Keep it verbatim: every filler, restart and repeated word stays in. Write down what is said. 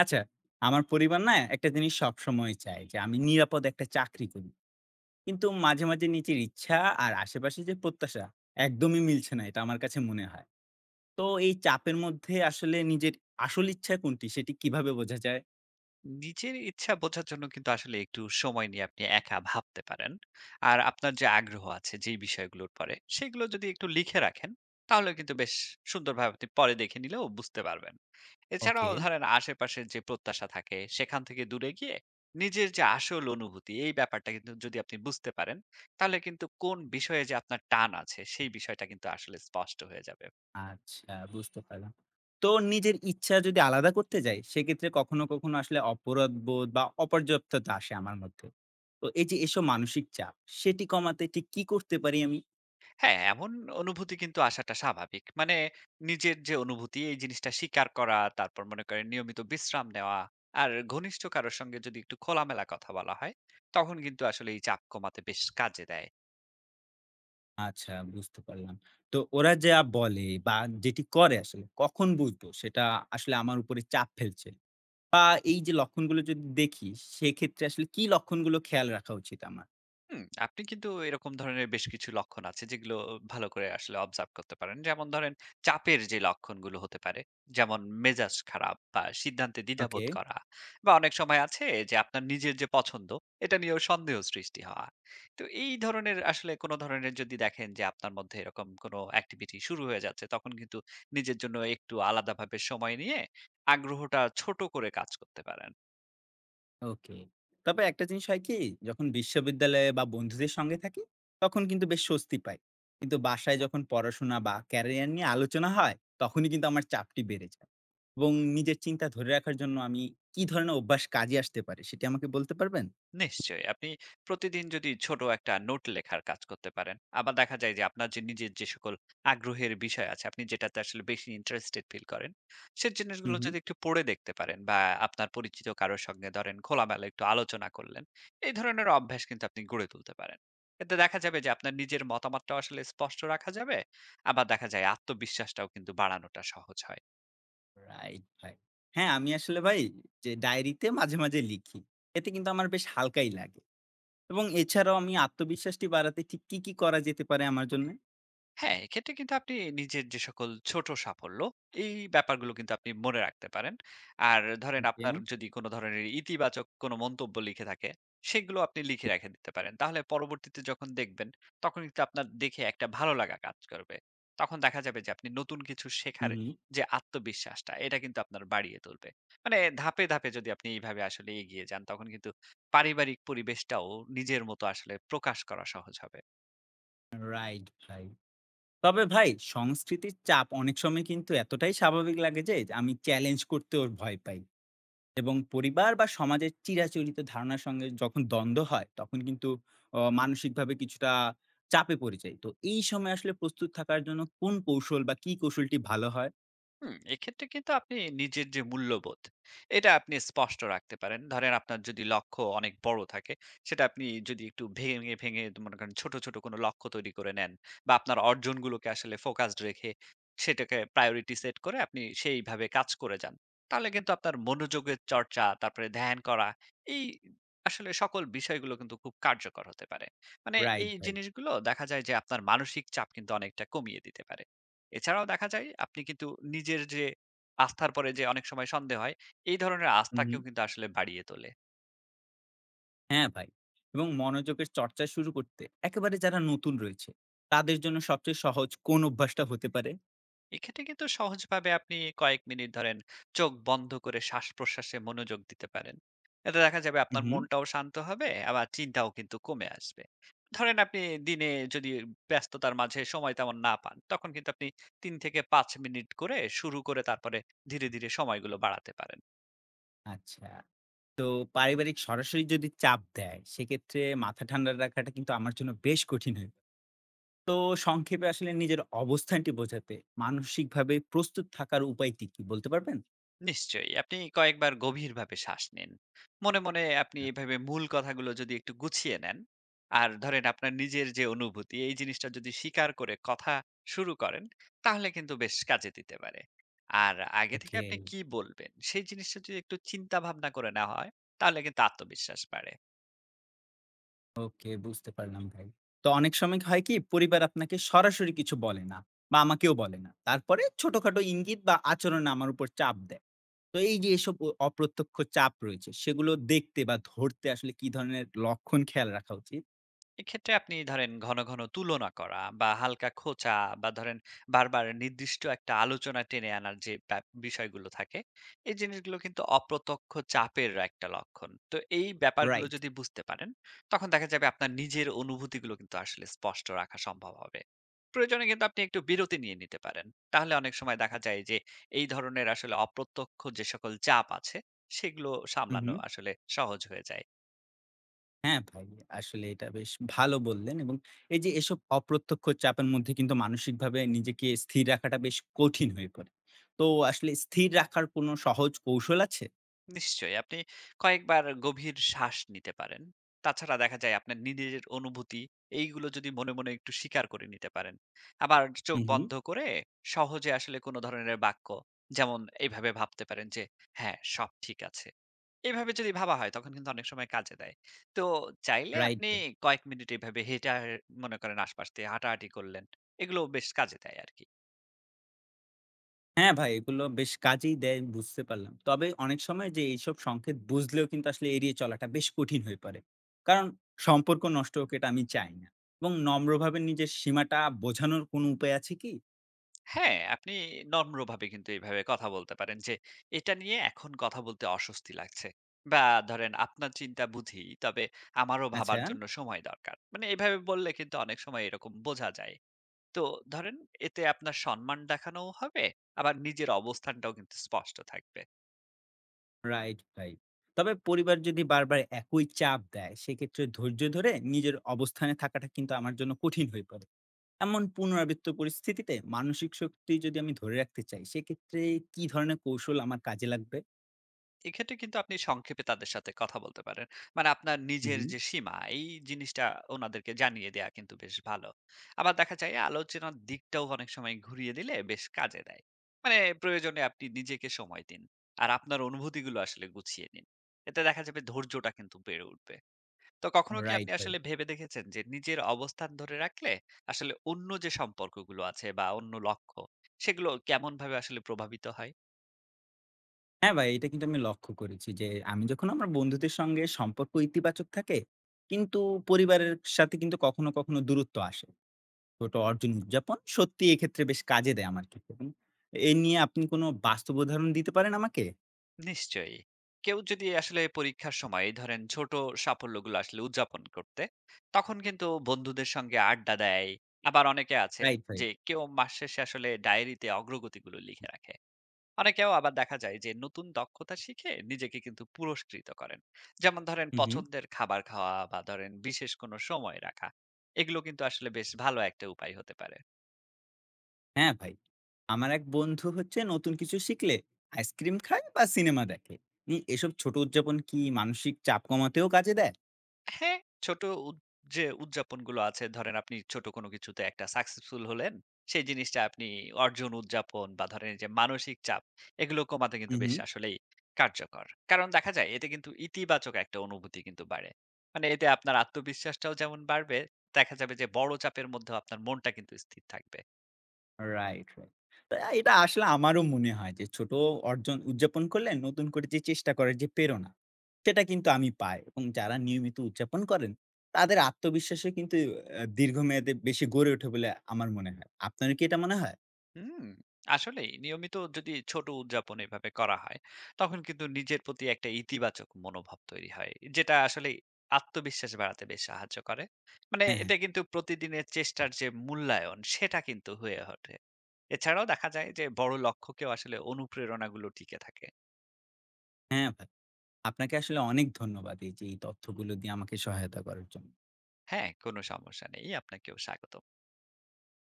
আচ্ছা, আমার পরিবার না একটা জিনিস সবসময় চায় যে আমি নিরাপদ একটা চাকরি করি। কিন্তু মাঝে, মাঝে নিজের ইচ্ছা আর আশেপাশে যে প্রত্যাশা একদমই মিলছে না এটা আমার কাছে মনে হয়। তো এই চাপের মধ্যে আসলে নিজের আসল ইচ্ছা কোনটি সেটি কিভাবে বোঝা যায়? নিজের ইচ্ছা বোঝার জন্য কিন্তু আসলে একটু সময় নিয়ে আপনি একা ভাবতে পারেন। আর আপনার যে আগ্রহ আছে যে বিষয়গুলোর পরে, সেগুলো যদি একটু লিখে রাখেন, তাহলে কিন্তু বেশ সুন্দরভাবে আপনি পরে দেখে নিলেও বুঝতে পারবেন। ওকে, এছাড়াও ধরেন আশেপাশের যে প্রত্যাশা থাকে, সেখান থেকে দূরে গিয়ে নিজের যে আসল অনুভূতি, এই ব্যাপারটা কিন্তু যদি আপনি বুঝতে পারেন, তাহলে কিন্তু কোন বিষয়ে যে আপনার টান আছে, সেই বিষয়টা কিন্তু আসলে স্পষ্ট হয়ে যাবে। আচ্ছা বুঝতে পারলাম। তো নিজের ইচ্ছা যদি আলাদা করতে যাই সেক্ষেত্রে কখনো, কখনো আসলে অপরাধবোধ বা অপর্যাপ্ততা আসে আমার মধ্যে। তো এই যে এসব মানসিক চাপ সেটি কমাতে ঠিক কি করতে পারি আমি? হ্যাঁ, এমন অনুভূতি কিন্তু আসাটা স্বাভাবিক। মানে নিজের যে অনুভূতি এই জিনিসটা স্বীকার করা, তারপর মনে করেন নিয়মিত বিশ্রাম নেওয়া আর ঘনিষ্ঠ কারো সঙ্গে যদি একটু খোলামেলা কথা বলা হয়, তখন কিন্তু আসলে এই চাপ কমাতে বেশ কাজে দেয়। আচ্ছা বুঝতে পারলাম। তো ওরা যা বলে বা যেটি করে আসলে কখন বুঝবো সেটা আসলে আমার উপরে চাপ ফেলছে? বা এই যে লক্ষণগুলো যদি দেখি সেক্ষেত্রে আসলে কি লক্ষণগুলো খেয়াল রাখা উচিত আমার? হুম, আপনি কিন্তু এরকম ধরনের বেশ কিছু লক্ষণ আছে যেগুলো ভালো করে আসলে অবজার্ভ করতে পারেন, যেমন ধরেন চাপের যে লক্ষণগুলো হতে পারে, যেমন মেজাজ খারাপ বা সিদ্ধান্তে দ্বিধাবোধ ওকে, করা বা অনেক সময় আছে যে আপনার নিজের যে পছন্দ এটা নিয়েও সন্দেহ সৃষ্টি হওয়া। তো এই ধরনের আসলে কোনো ধরনের যদি দেখেন যে আপনার মধ্যে এরকম কোনো অ্যাক্টিভিটি শুরু হয়ে যাচ্ছে, তখন কিন্তু নিজের জন্য একটু আলাদাভাবে সময় নিয়ে আগ্রহটা ছোট করে কাজ করতে পারেন। ওকে। তবে একটা জিনিস হয় কি যখন বিশ্ববিদ্যালয়ে বা বন্ধুদের সঙ্গে থাকি তখন কিন্তু বেশ স্বস্তি পাই। কিন্তু বাসায় যখন পড়াশোনা বা ক্যারিয়ার নিয়ে আলোচনা হয় তখনই কিন্তু আমার চাপটি বেড়ে যায়। এবং নিজের চিন্তা ধরে রাখার জন্য আমি কি ধরনের অভ্যাস কাজে আসতে পারে সেটি আমাকে বলতে পারবেন? নিশ্চয়ই। আপনি প্রতিদিন যদি ছোট একটা নোট লেখার কাজ করতে পারেন। আবার দেখা যায় যে আপনার যে নিজের যে সকল আগ্রহের বিষয় আছে, আপনি যেটাতে আসলে বেশি ইন্টারেস্টেড ফিল করেন, সে হুম, জিনিসগুলো হুম। যদি একটু পড়ে দেখতে পারেন বা আপনার পরিচিত কারো সঙ্গে ধরেন খোলামেলা একটু আলোচনা করলেন। এই ধরনের অভ্যাস কিন্তু আপনি গড়ে তুলতে পারেন। এতে দেখা যাবে যে আপনার নিজের মতামতটাও আসলে স্পষ্ট রাখা যাবে। আবার দেখা যায় আত্মবিশ্বাসটাও কিন্তু বাড়ানোটা সহজ হয়। Right, right. হ্যাঁ, আমি আসলে ভাই যে ডায়েরিতে মাঝে, মাঝে লিখি। এতে কিন্তু আমার বেশ হালকাই লাগে। এবং এছাড়াও আমি আত্মবিশ্বাসটি বাড়াতে ঠিক কি, কি করা যেতে পারে আমার জন্যে? হ্যাঁ, এক্ষেত্রে কিন্তু আপনি নিজের যে সকল ছোট সাফল্য, এই ব্যাপারগুলো কিন্তু আপনি মনে রাখতে পারেন। আর ধরেন ওকে। আপনার যদি কোন ধরনের ইতিবাচক কোন মন্তব্য লিখে থাকে, সেগুলো আপনি লিখে রেখে দিতে পারেন। তাহলে পরবর্তীতে যখন দেখবেন, তখন কিন্তু আপনার দেখে একটা ভালো লাগা কাজ করবে। তখন দেখা যাবে যে আপনি নতুন কিছু হুম, শেখার হুম। যে আত্মবিশ্বাসটা, এটা কিন্তু আপনার বাড়িয়ে তুলবে। মানে ধাপে, ধাপে যদি আপনি এইভাবে আসলে এগিয়ে যান, তখন কিন্তু পারিবারিক পরিবেশটাও নিজের মতো আসলে প্রকাশ করা সহজ হবে। রাইট ভাই। তবে ভাই সংস্কৃতির চাপ অনেক সময় কিন্তু এতটাই স্বাভাবিক লাগে যে আমি চ্যালেঞ্জ করতেও ভয় পাই। এবং পরিবার বা সমাজের চিরাচরিত ধারণার সঙ্গে যখন দ্বন্দ্ব হয় তখন কিন্তু অ মানসিকভাবে কিছুটা চাপে পড়ে যাই। তো এই সময় আসলে প্রস্তুত থাকার জন্য কোন কৌশল বা কি কৌশলটি ভালো হয়? হুম, এক্ষেত্রে কিন্তু আপনি নিজের যে মূল্যবোধ এটা আপনি স্পষ্ট রাখতে পারেন। ধরেন আপনার যদি লক্ষ্য অনেক বড় থাকে, সেটা আপনি যদি একটু ভেঙে, ভেঙে মনে করেন ছোট, ছোট কোনো লক্ষ্য তৈরি করে নেন বা আপনার অর্জনগুলোকে আসলে ফোকাসড রেখে সেটাকে প্রায়োরিটি সেট করে আপনি সেইভাবে কাজ করে যান। তাহলে কিন্তু আপনার মনোযোগের চর্চা, তারপরে ধ্যান করা, এই আসলে সকল বিষয়গুলো কিন্তু খুব কার্যকর হতে পারে। মানে রাইট এই ভাই। জিনিসগুলো দেখা যায় যে আপনার মানসিক চাপ কিন্তু অনেকটা কমিয়ে দিতে পারে। এছাড়াও দেখা যায় আপনি কিন্তু নিজের যে আস্থার পরে যে অনেক সময় সন্দেহ হয়, এই ধরনের হুম, হুম। আস্থাকেও কিন্তু আসলে বাড়িয়ে তোলে। হ্যাঁ ভাই। এবং মনোযোগের চর্চা শুরু করতে একেবারে যারা নতুন রয়েছে, তাদের জন্য সবচেয়ে সহজ কোন অভ্যাসটা হতে পারে? এক্ষেত্রে কিন্তু সহজভাবে আপনি কয়েক মিনিট ধরেন চোখ বন্ধ করে শ্বাসপ্রশ্বাসে মনোযোগ দিতে পারেন। এতে দেখা যাবে হুম, আপনার হুম। মনটাও শান্ত হবে, আবার চিন্তাও কিন্তু কমে আসবে। ধরেন আপনি দিনে যদি ব্যস্ততার মাঝে সময় তেমন না পান, তখন কিন্তু আপনি তিন থেকে পাঁচ মিনিট করে শুরু করে তারপরে ধীরে, ধীরে সময়গুলো বাড়াতে পারেন। আচ্ছা। তো পারিবারিক সরাসরি যদি চাপ দেয়, সেক্ষেত্রে মাথা ঠান্ডা রাখাটা কিন্তু আমার জন্য বেশ কঠিন হয়। তো সংক্ষেপে আসলে নিজের অবস্থানটি বোঝাতে মানসিকভাবে প্রস্তুত থাকার উপায়টি কি বলতে পারবেন? নিশ্চয়ই। আপনি কয়েকবার গভীরভাবে শ্বাস নিন। মনে, মনে আপনি আ এভাবে মূল কথাগুলো যদি একটু গুছিয়ে নেন, আর ধরেন আপনার নিজের যে অনুভূতি এই জিনিসটা যদি স্বীকার করে কথা শুরু করেন, তাহলে কিন্তু বেশ কাজে দিতে পারে। আর আগে থেকে ওকে। আপনি কি বলবেন সেই জিনিসটা যদি একটু চিন্তা ভাবনা করে নেওয়া হয়, তাহলে কিন্তু আত্মবিশ্বাস বাড়ে। ওকে, বুঝতে পারলাম ভাই। তো অনেক সময় হয় কি পরিবার আপনাকে সরাসরি কিছু বলে না বা আমাকেও বলে না। তারপরে ছোটখাটো ইঙ্গিত বা আচরণ আমার উপর চাপ দেয়। তো এই যে এসব অ অপ্রত্যক্ষ চাপ রয়েছে সেগুলো দেখতে বা ধরতে আসলে কি ধরনের লক্ষণ খেয়াল রাখা উচিত? এক্ষেত্রে আপনি ধরেন ঘন ঘন তুলনা করা বা হালকা খোঁচা বা ধরেন বারবার নির্দিষ্ট একটা আলোচনা টেনে আনার যে ব্যাপ- বিষয়গুলো থাকে, এই জিনিসগুলো কিন্তু অপ্রত্যক্ষ চাপের একটা লক্ষণ। তো এই ব্যাপারগুলো রাইট। যদি বুঝতে পারেন, তখন দেখা যাবে আপনার নিজের অনুভূতিগুলো কিন্তু আসলে স্পষ্ট রাখা সম্ভব হবে। প্রয়োজনে কিন্তু আপনি একটু বিরতি নিয়ে নিতে পারেন। তাহলে অনেক সময় দেখা যায় যে এই ধরনের আসলে অপ্রত্যক্ষ যে সকল চাপ আছে, সেগুলো হুম, সামলানো হুম। আসলে সহজ হয়ে যায়। হ্যাঁ, ভাই আসলে এটা বেশ ভালো বললেন এবং এই যে এসব অপ্রত্যক্ষ চাপের মধ্যে কিন্তু মানসিকভাবে নিজেকে স্থির রাখাটা বেশ কঠিন হয়ে পড়ে। তো আসলে স্থির রাখার কোনো সহজ কৌশল আছে? নিশ্চয়ই, আপনি কয়েকবার গভীর শ্বাস নিতে পারেন। তাছাড়া দেখা যায় আপনার নিজের অনুভূতি, এইগুলো যদি মনে মনে একটু স্বীকার করে নিতে পারেন, আবার চোখ হুম, হুম। বন্ধ করে সহজে আসলে কোনো ধরনের বাক্য, যেমন এইভাবে ভাবতে পারেন যে হ্যাঁ সব ঠিক আছে, এইভাবে যদি ভাবা হয় তখন কিন্তু অনেক সময় কাজে দেয়। তো চাইলে রাইট। আপনি কয়েক মিনিট এইভাবে হেঁটে আ- মনে করেন আশপাশ দিয়ে হাঁটাহাঁটি করলেন, এগুলো বেশ কাজে দেয় আর কি। হ্যাঁ ভাই, এগুলো বেশ কাজেই দেয় বুঝতে পারলাম। তবে অনেক সময় যে এইসব সংকেত বুঝলেও কিন্তু আসলে এড়িয়ে চলাটা বেশ কঠিন হয়ে পড়ে। কারণ সম্পর্ক নষ্ট হোক এটা আমি চাই না। এবং নম্রভাবে নিজের সীমাটা বোঝানোর কোনো উপায় আছে কি? হ্যাঁ, আপনি নম্রভাবে কিন্তু এভাবে কথা বলতে পারেন যে, "এটা নিয়ে এখন কথা বলতে অস্বস্তি লাগছে।" বা ধরেন, "আপনার চিন্তা বুঝি, তবে আমারও আচ্ছা, ভাবার জন্য সময় দরকার।" মানে এভাবে বললে কিন্তু অনেক সময় এরকম বোঝা যায়। তো ধরেন, এতে আপনার সম্মান দেখানোও হবে, আবার নিজের অবস্থানটাও কিন্তু স্পষ্ট থাকবে। রাইট ভাই। তবে পরিবার যদি বারবার একই চাপ দেয় সেক্ষেত্রে ধৈর্য ধরে নিজের অবস্থানে থাকাটা কিন্তু আমার জন্য কঠিন হয়ে পড়ে। এমন পুনরাবৃত্ত পরিস্থিতিতে মানসিক শক্তি যদি আমি ধরে রাখতে চাই সেক্ষেত্রে কি ধরনের কৌশল আমার কাজে লাগবে? এক্ষেত্রে কিন্তু আপনি সংক্ষেপে তাদের সাথে কথা বলতে পারেন। মানে আপনার নিজের হুম, যে সীমা, এই জিনিসটা উনাদেরকে জানিয়ে দেয়া কিন্তু বেশ ভালো। আবার দেখা যায় আলোচনার দিকটাও অনেক সময় ঘুরিয়ে দিলে বেশ কাজে দেয়। মানে প্রয়োজনে আপনি নিজেকে সময় দিন। আর আপনার অনুভূতিগুলো আসলে গুছিয়ে নিন। এতে দেখা যাবে ধৈর্যটা কিন্তু বেড়ে উঠবে। তো কখনো কি রাইট আপনি ভাই। আসলে ভেবে দেখেছেন যে নিজের অবস্থান ধরে রাখলে আসলে অন্য যে সম্পর্কগুলো আছে বা অন্য লক্ষ্য, সেগুলো কেমনভাবে আসলে প্রভাবিত হয়? হ্যাঁ ভাই, এটা কিন্তু আমি লক্ষ্য করেছি যে, আমি যখন আমার বন্ধুদের সঙ্গে সম্পর্ক ইতিবাচক থাকে, কিন্তু পরিবারের সাথে কিন্তু কখনো, কখনো দূরত্ব আসে। ছোট অর্জন উদযাপন সত্যি এক্ষেত্রে বেশ কাজে দেয় আমার ক্ষেত্রে এবং এ নিয়ে আপনি কোনো বাস্তব উদাহরণ দিতে পারেন আমাকে? নিশ্চয়ই। কেউ যদি আসলে পরীক্ষার সময় এই ধরেন ছোট সাফল্যগুলো আসলে উদযাপন করতে, তখন কিন্তু বন্ধুদের সঙ্গে আড্ডা দেয়। আবার অনেকে আছে রাইট ভাই। যে কেউ মাস শেষে আসলে ডায়েরিতে অগ্রগতিগুলো লিখে রাখে। অনেকেও আবার দেখা যায় যে নতুন দক্ষতা শিখে নিজেকে কিন্তু পুরস্কৃত করেন। যেমন ধরেন হুম, হুম। পছন্দের খাবার খাওয়া বা ধরেন বিশেষ কোনো সময় রাখা। এগুলো কিন্তু আসলে বেশ ভালো একটা উপায় হতে পারে। হ্যাঁ ভাই। আমার এক বন্ধু হচ্ছে নতুন কিছু শিখলে আইসক্রিম খায় বা সিনেমা দেখে। ই এসব ছোট উদযাপন কি মানসিক চাপ কমাতেও কাজে দেয়? হ্যাঁ, ছোট উদ যে উদযাপনগুলো আছে, ধরেন আপনি ছোট কোনো কিছুতে একটা সাকসেসফুল হলেন, সেই জিনিসটা আপনি অর্জন উদযাপন বা ধরেন এই যে মানসিক চাপ, এগুলো কমাতে কিন্তু হুম, বেশ হুম। আসলেই কার্যকর। কারণ দেখা যায় এতে কিন্তু ইতিবাচক একটা অনুভূতি কিন্তু বাড়ে। মানে এতে আপনার আত্মবিশ্বাসটাও যেমন বাড়বে, দেখা যাবে যে বড় চাপের মধ্যেও আপনার মনটা কিন্তু স্থির থাকবে। Right, right. তা এটা আসলে আমারও মনে হয় যে ছোট অর্জন উদযাপন করলে নতুন করে যে চেষ্টা করার যে প্রেরণা, সেটা কিন্তু আমি পাই এবং যারা নিয়মিত উদযাপন করেন, তাদের আত্মবিশ্বাসও কিন্তু আ দীর্ঘমেয়াদে বেশি গড়ে ওঠে বলে আমার মনে হয়। আপনারও কি এটা মনে হয়? হুম, আসলেই নিয়মিত যদি ছোট উদযাপন এভাবে করা হয়, তখন কিন্তু নিজের প্রতি একটা ইতিবাচক মনোভাব তৈরি হয়, যেটা আসলে আত্মবিশ্বাস বাড়াতে বেশ সাহায্য করে। মানে হ্যাঁ, হ্যাঁ। এতে কিন্তু প্রতিদিনের চেষ্টার যে মূল্যায়ন সেটা কিন্তু হয়ে ওঠে। এছাড়াও দেখা যায় যে বড় লক্ষ্যকেও আসলে অনুপ্রেরণাগুলো টিকে থাকে। হ্যাঁ, ভাই। আপনাকে আসলে অনেক ধন্যবাদ এই যে এই তথ্যগুলো দিয়ে আমাকে সহায়তা করার জন্য। হ্যাঁ, কোনো সমস্যা নেই। আপনাকেও স্বাগত।